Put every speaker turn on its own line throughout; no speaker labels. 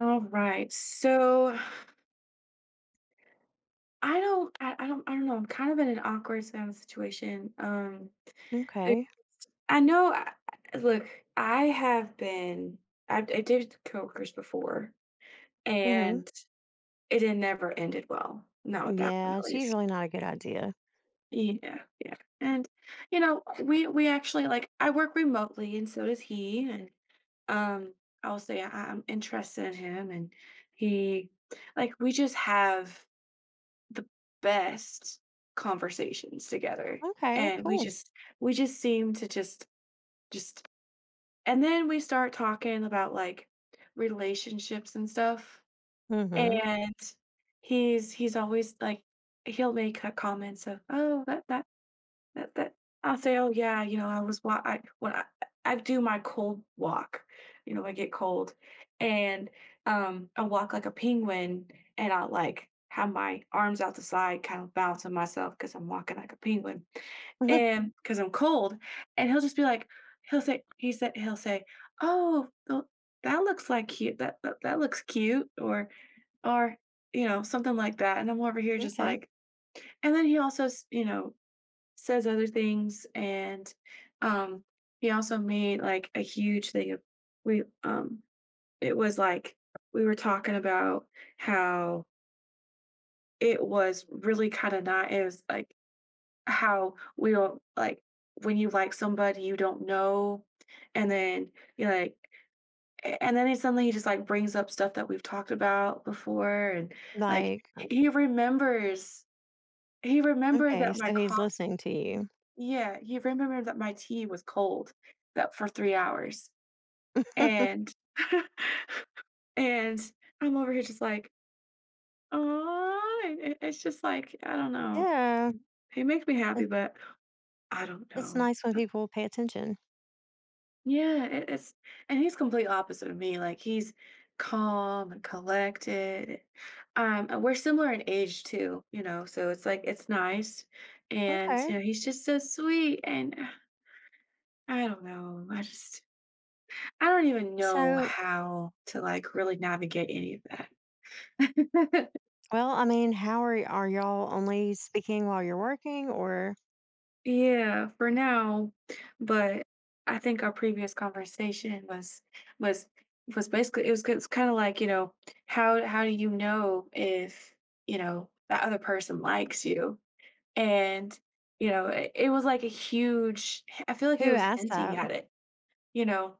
All right. So I don't know. I'm kind of in an awkward kind of situation. Mm,
Okay.
I know look, I have been I did coworkers before,
Hmm.
and it had never ended well. Not with that one
Yeah,
at
it's
least.
usually not a good idea.
Yeah, yeah. And we actually, like, I work remotely and so does he, and um I'll say I'm interested in him, and he like we just have the best conversations together.
Okay,
And we
cool.
just we just seem to just just and then we start talking about, like, relationships and stuff.
Hmm.
And he's always like, he'll make comments of, oh, that that that that I'll say, "Oh, yeah, you know, I was wa I when I do my cold walk, you know, I get cold, and, I walk like a penguin, and I, like, have my arms out the side, kind of bouncing myself because 'cause I'm walking like a penguin, and because 'cause I'm cold." And he'll just be like, he'll say, "Oh, tho that looks like cute that that that looks cute," or, something like that. And I'm over here just
Okay.
like. And then he also s says other things. And um he also made like a huge thing of, we it was like we were talking about how it was really kind of not it was like how we don't like when you like somebody you don't know. And then you like and then he just like brings up stuff that we've talked about before. And, like,
Like,
he remembers he remembered
okay,
that my
so he's
car.
listening to you.
Yeah, he remembered that my tea was cold, that, for 3 hours, and and I'm over here just like, oh. It's just like, I don't know.
Yeah,
He makes me happy,
it,
but I don't
it's
know.
nice when
Uh,
people pay attention.
yeah, it it's and he's complete opposite of me, like, he's calm and collected. And we're similar in age too, you know, so it's like, it's nice. And
Okay.
he's just so sweet, and I don't know, I don't even know
So,
how to, like, really navigate any of that.
well, I mean, how are y'all only speaking while you're working, or
Yeah, for now. But I think our previous conversation was was basically, it's kind of like, you know, how do you know if, that other person likes you? And it was like a huge I feel like
who
it was
asked
hinting
that?
at it, you know.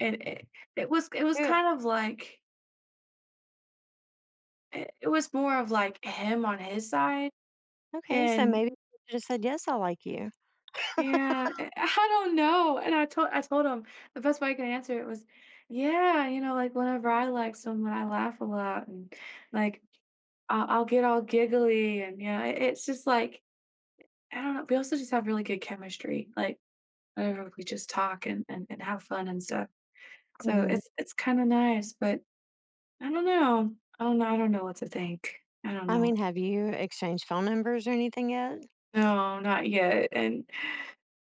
And it was
Who?
kind of like, it was more of like him on his side.
Okay, so
And
maybe you should have said yes. I like you.
yeah, I don't know. And I told him the best way I could answer it was, yeah, you know, like, whenever I like someone, I laugh a lot and, like, I'll get all giggly. And yeah, it's just like, I don't know. We also just have really good chemistry, like, whenever we just talk, and have fun and stuff. So
Hmm.
it's kind of nice, but I don't know. I don't know. I don't know what to think. I don't
I
know.
mean, have you exchanged phone numbers or anything yet?
No, not yet. And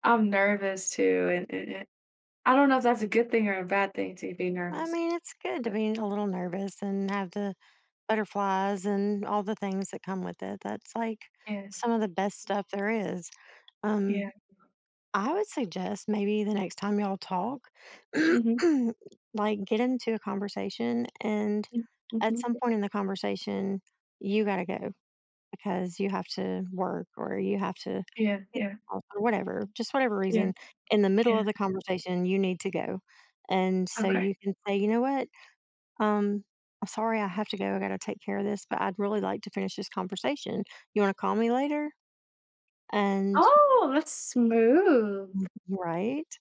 I'm nervous too. And I don't know if that's a good thing or a bad thing to be
I
nervous.
mean, it's good to be a little nervous and have the butterflies and all the things that come with it. That's like
Yeah,
some of the best stuff there is.
yeah.
Um, I would suggest maybe the next time y'all talk,
Mhm,
like get into a conversation, and
mm,
at
mhm.
some point in the conversation, you got to go because you have to work or you have to,
Yeah, yeah,
or whatever, just whatever
yeah,
reason, in the middle
yeah,
of the conversation, you need to go. And so
okay.
you can say, you know what? Um, I'm sorry I have to go. I got to take care of this, but I'd really like to finish this conversation. You want to call me later? And
Oh, that's smooth.
right.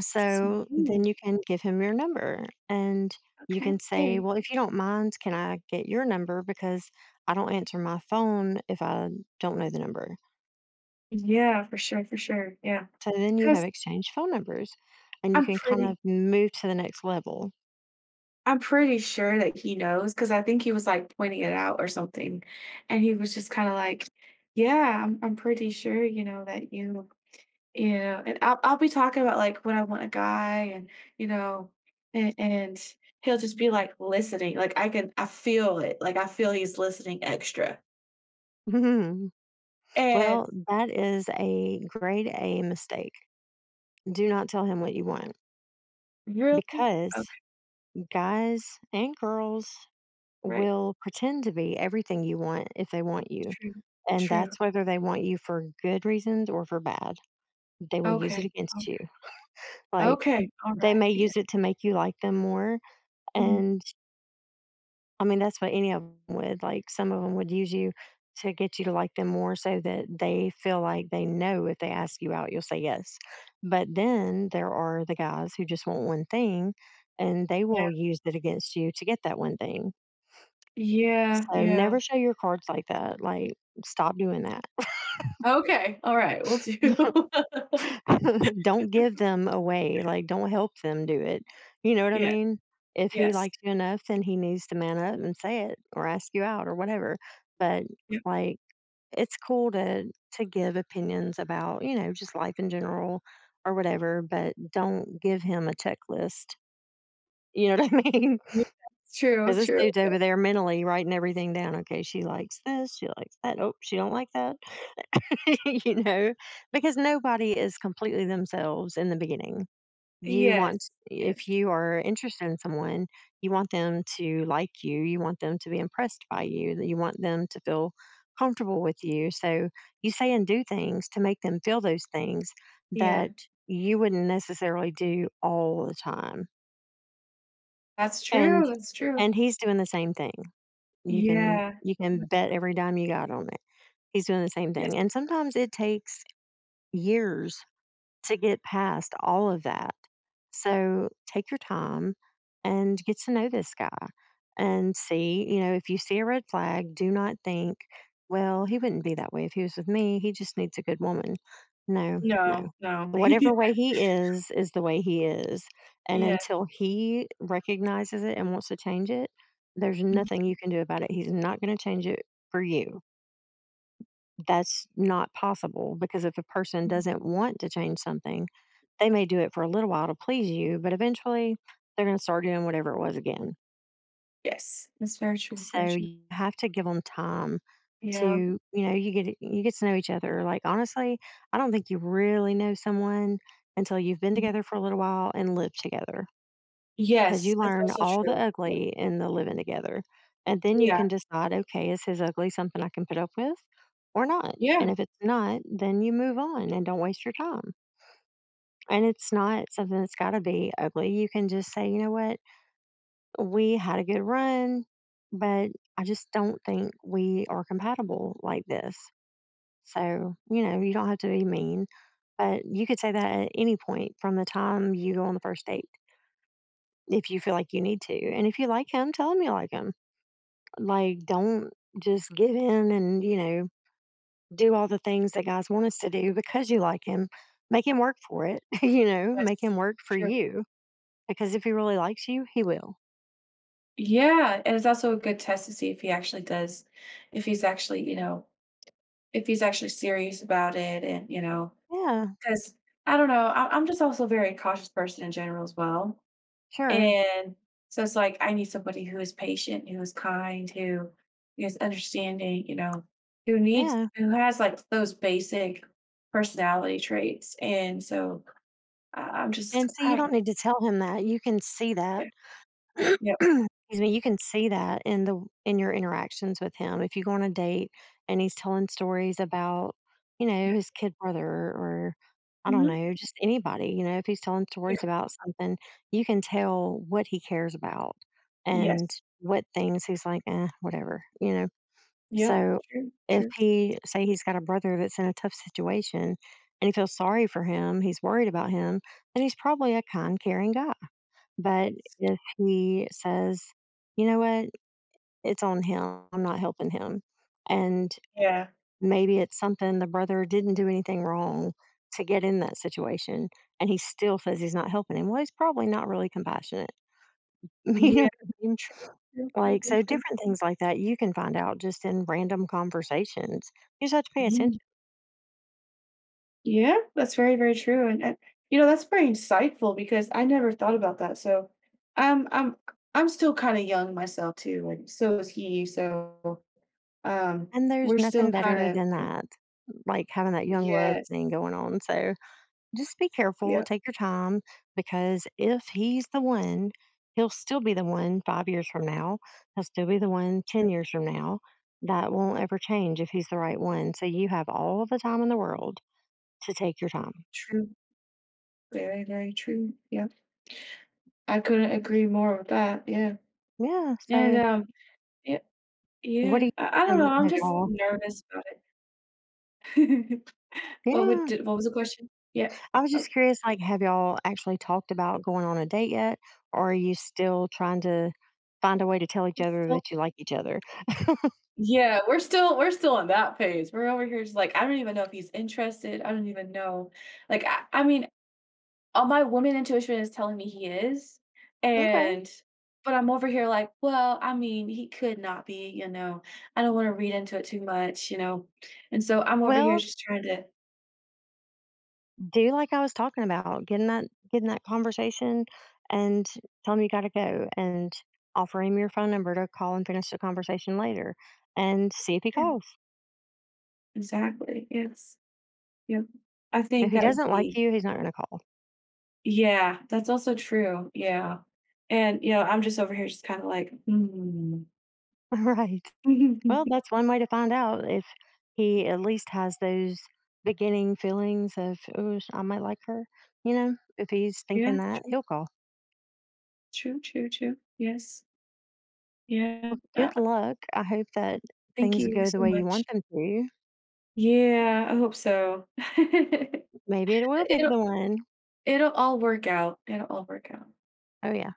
So then
Smooth,
you can give him your number, and you
okay.
can say,
Yeah.
well, if you don't mind, can I get your number? Because I don't answer my phone if I don't know the number.
Yeah, for sure, yeah.
So then you
Because
have
'Cause
exchanged phone numbers and you
I'm
can kind
pretty
of move to the next level.
I'm pretty sure that he knows. Because I think he was, like, pointing it out or something, and he was just kinda like, "Yeah, I'm pretty sure, you know, that you." You know, and I'll be talking about, like, what I want a guy and, you know, and he'll just be, like, listening, like, I feel it, like, I feel he's listening extra.
Mhm.
And
Well, that is a grade A mistake. Do not tell him what you want,
really?
because
Okay,
guys and girls
right.
will pretend to be everything you want if they want you.
True,
And
true.
that's whether they want you for good reasons or for bad. They will use
Okay,
it against
alri
you. Like,
okay,
they
alright,
may
yeah,
use it to make you like them more.
mhm,
And I mean, that's what any of them would. Like, some of them would use you to get you to like them more so that they feel like they know if they ask you out, you'll say yes. But then there are the guys who just want one thing, and they
yeah.
will use it against you to get that one thing.
Yeah,
So
yeah.
never show your cards like that, like, stop doing that.
Okay, alright, right. Will do.
Don't give them away, like, don't help them do it, you know what I
Yeah,
mean? If he
yes.
likes you enough, then he needs to man up and say it or ask you out or whatever, but,
Yep,
like, it's cool to give opinions about, you know, just life in general or whatever, but don't give him a checklist, you know what I mean?
yeah, true,
Because this
true,
dude's
yeah.
over there mentally writing everything down, "Okay, she likes this, she likes that, oh, she don't like that." You know, because nobody is completely themselves in the beginning. You
Yes,
want, if
yes.
you are interested in someone, you want them to like you want them to be impressed by you, that you want them to feel comfortable with you. So you say and do things to make them feel those things
Yeah,
that you wouldn't necessarily do all the time.
that's
And
true, that's true.
and he's doing the same thing. You can
Yeah.
you can bet every dime you got on it. He's doing the same
Yes.
thing. And sometimes it takes years to get past all of that. So take your time and get to know this guy, and see, you know, if you see a red flag, do not think, well, he wouldn't be that way if he was with me. He just needs a good woman. No,
No,
no.
no.
Whatever way he is the way he is. And
Yes.
until he recognizes it and wants to change it, there's nothing you can do about it. He's not going to change it for you. That's not possible, because if a person doesn't want to change something, they may do it for a little while to please you, but eventually they're going to start doing whatever it was again.
Yes, that's very true, very
So
true.
you have to give them time to,
Yeah.
you know, you get to know each other. Like honestly, I don't think you really know someone until you've been together for a little while and lived together, because
Yes,
you
that's
learn
also
all the
true. Yeah.
ugly in the living together. And then you
Yeah.
can decide, okay, is his ugly something I can put up with or not? And
Yeah.
if it's not, then you move on and don't waste your time. And it's not something that's got to be ugly. You can just say, you know what? We had a good run, but I just don't think we are compatible like this. So, you know, you don't have to be mean, but you could say that at any point from the time you go on the first date if you feel
Yes.
like you need to. And if you like him, tell him you like him. Like, don't just give in and, you know, do all the things that guys want us to do because you like him. Make him work for it, you know, make
Yes.
him work for
True.
you, because if he really likes you, he will.
Yeah, and it's also a good test to see if he's actually, you know, if he's actually serious about it, and,
Yeah,
because I don't know, I'm just also a very cautious person in general as well.
sure.
And so it's like I need somebody who is patient, who is kind, who is understanding, you know,
Yeah.
who has, like, those basic personality traits. And so I I'm just
And see,
I
you
don't know.
don't need to tell him that, you can see that.
Yeah. Yep.
Excuse me, you can see that in your interactions with him. If you go on a date and he's telling stories about, you know,
Yeah.
his kid brother or I don't
Mhm.
know, just anybody, you know, if he's telling
Yeah.
stories about something, you can tell what he cares about
Yes.
and what things he's like, "Eh, whatever," you know?
Yep.
So
True.
if
True.
he say he's got a brother that's in a tough situation and he feels sorry for him, he's worried about him, then he's probably a kind, caring guy. But
Yes.
if he says, you know what, it's on him, I'm not helping him. And
Yeah.
maybe it's something the brother didn't do anything wrong to get in that situation and he still says he's not helping him. Well, he's probably not really compassionate. You know
Yeah.
what I mean?
True. True.
Like,
True.
so
True.
different things like that you can find out just in random conversations. You just have to pay
Mhm.
attention.
Yeah, that's very, very true, and that's very insightful because I never thought about that. So, I'm I'm I'm still kinda young myself too, like, so is he, so, um,
And there's
we're still
nothing better
kinda,
than
you know
that, like, having that young love
Yes.
thing going on, so just be careful,
Yeah,
take your time, because if he's the one, he'll still be the one 5 years from now, he'll still be the one 10
true,
years from now. That won't ever change if he's the right one, so you have all the time in the world to take your time.
true. Very, very true. Yeah, I couldn't agree more with that, yeah,
Yeah,
and,
so
um Yeah,
what are
yeah.
you
I don't
thinking,
know,
like,
I'm just
overall?
nervous about it. What would
Yeah.
d what was the question? Yeah.
I was
Oh,
just curious, like, have y'all actually talked about going on a date yet? Or are you still trying to find a way to tell each
we're
other
still
that you like each other?
yeah, we're still on that page. We're over here just like, I don't even know if he's interested. I don't even know. Like, I mean, all my woman intuition is telling me he is.
Okay.
And But I'm over here like, well, I mean, he could not be, you know. I don't want to read into it too much, you know. And so I'm over here
Well,
just trying to.
do like I was talking about, getting that conversation and tell him you gotta go and offer him your phone number to call and finish the conversation later and see if he
Yeah,
calls.
exactly. Yes. Yep. I
If
think
he
that would
doesn't like
be.
you, he's not gonna call.
Yeah, that's also true. Yeah. And I'm just over here just kind of like, hmm.
Right. Well, that's one way to find out if he at least has those beginning feelings of, oh, I might like her. You know, if he's thinking
Yeah,
that, he'll call.
true, true, true. Yes. Yeah.
Well, good luck. I hope that
Thank
things
you
go the
so
way you
much.
want them to.
Yeah, I hope so.
Maybe it will be
It'll
the one.
it'll all work out. It'll all work out.
Oh, yeah.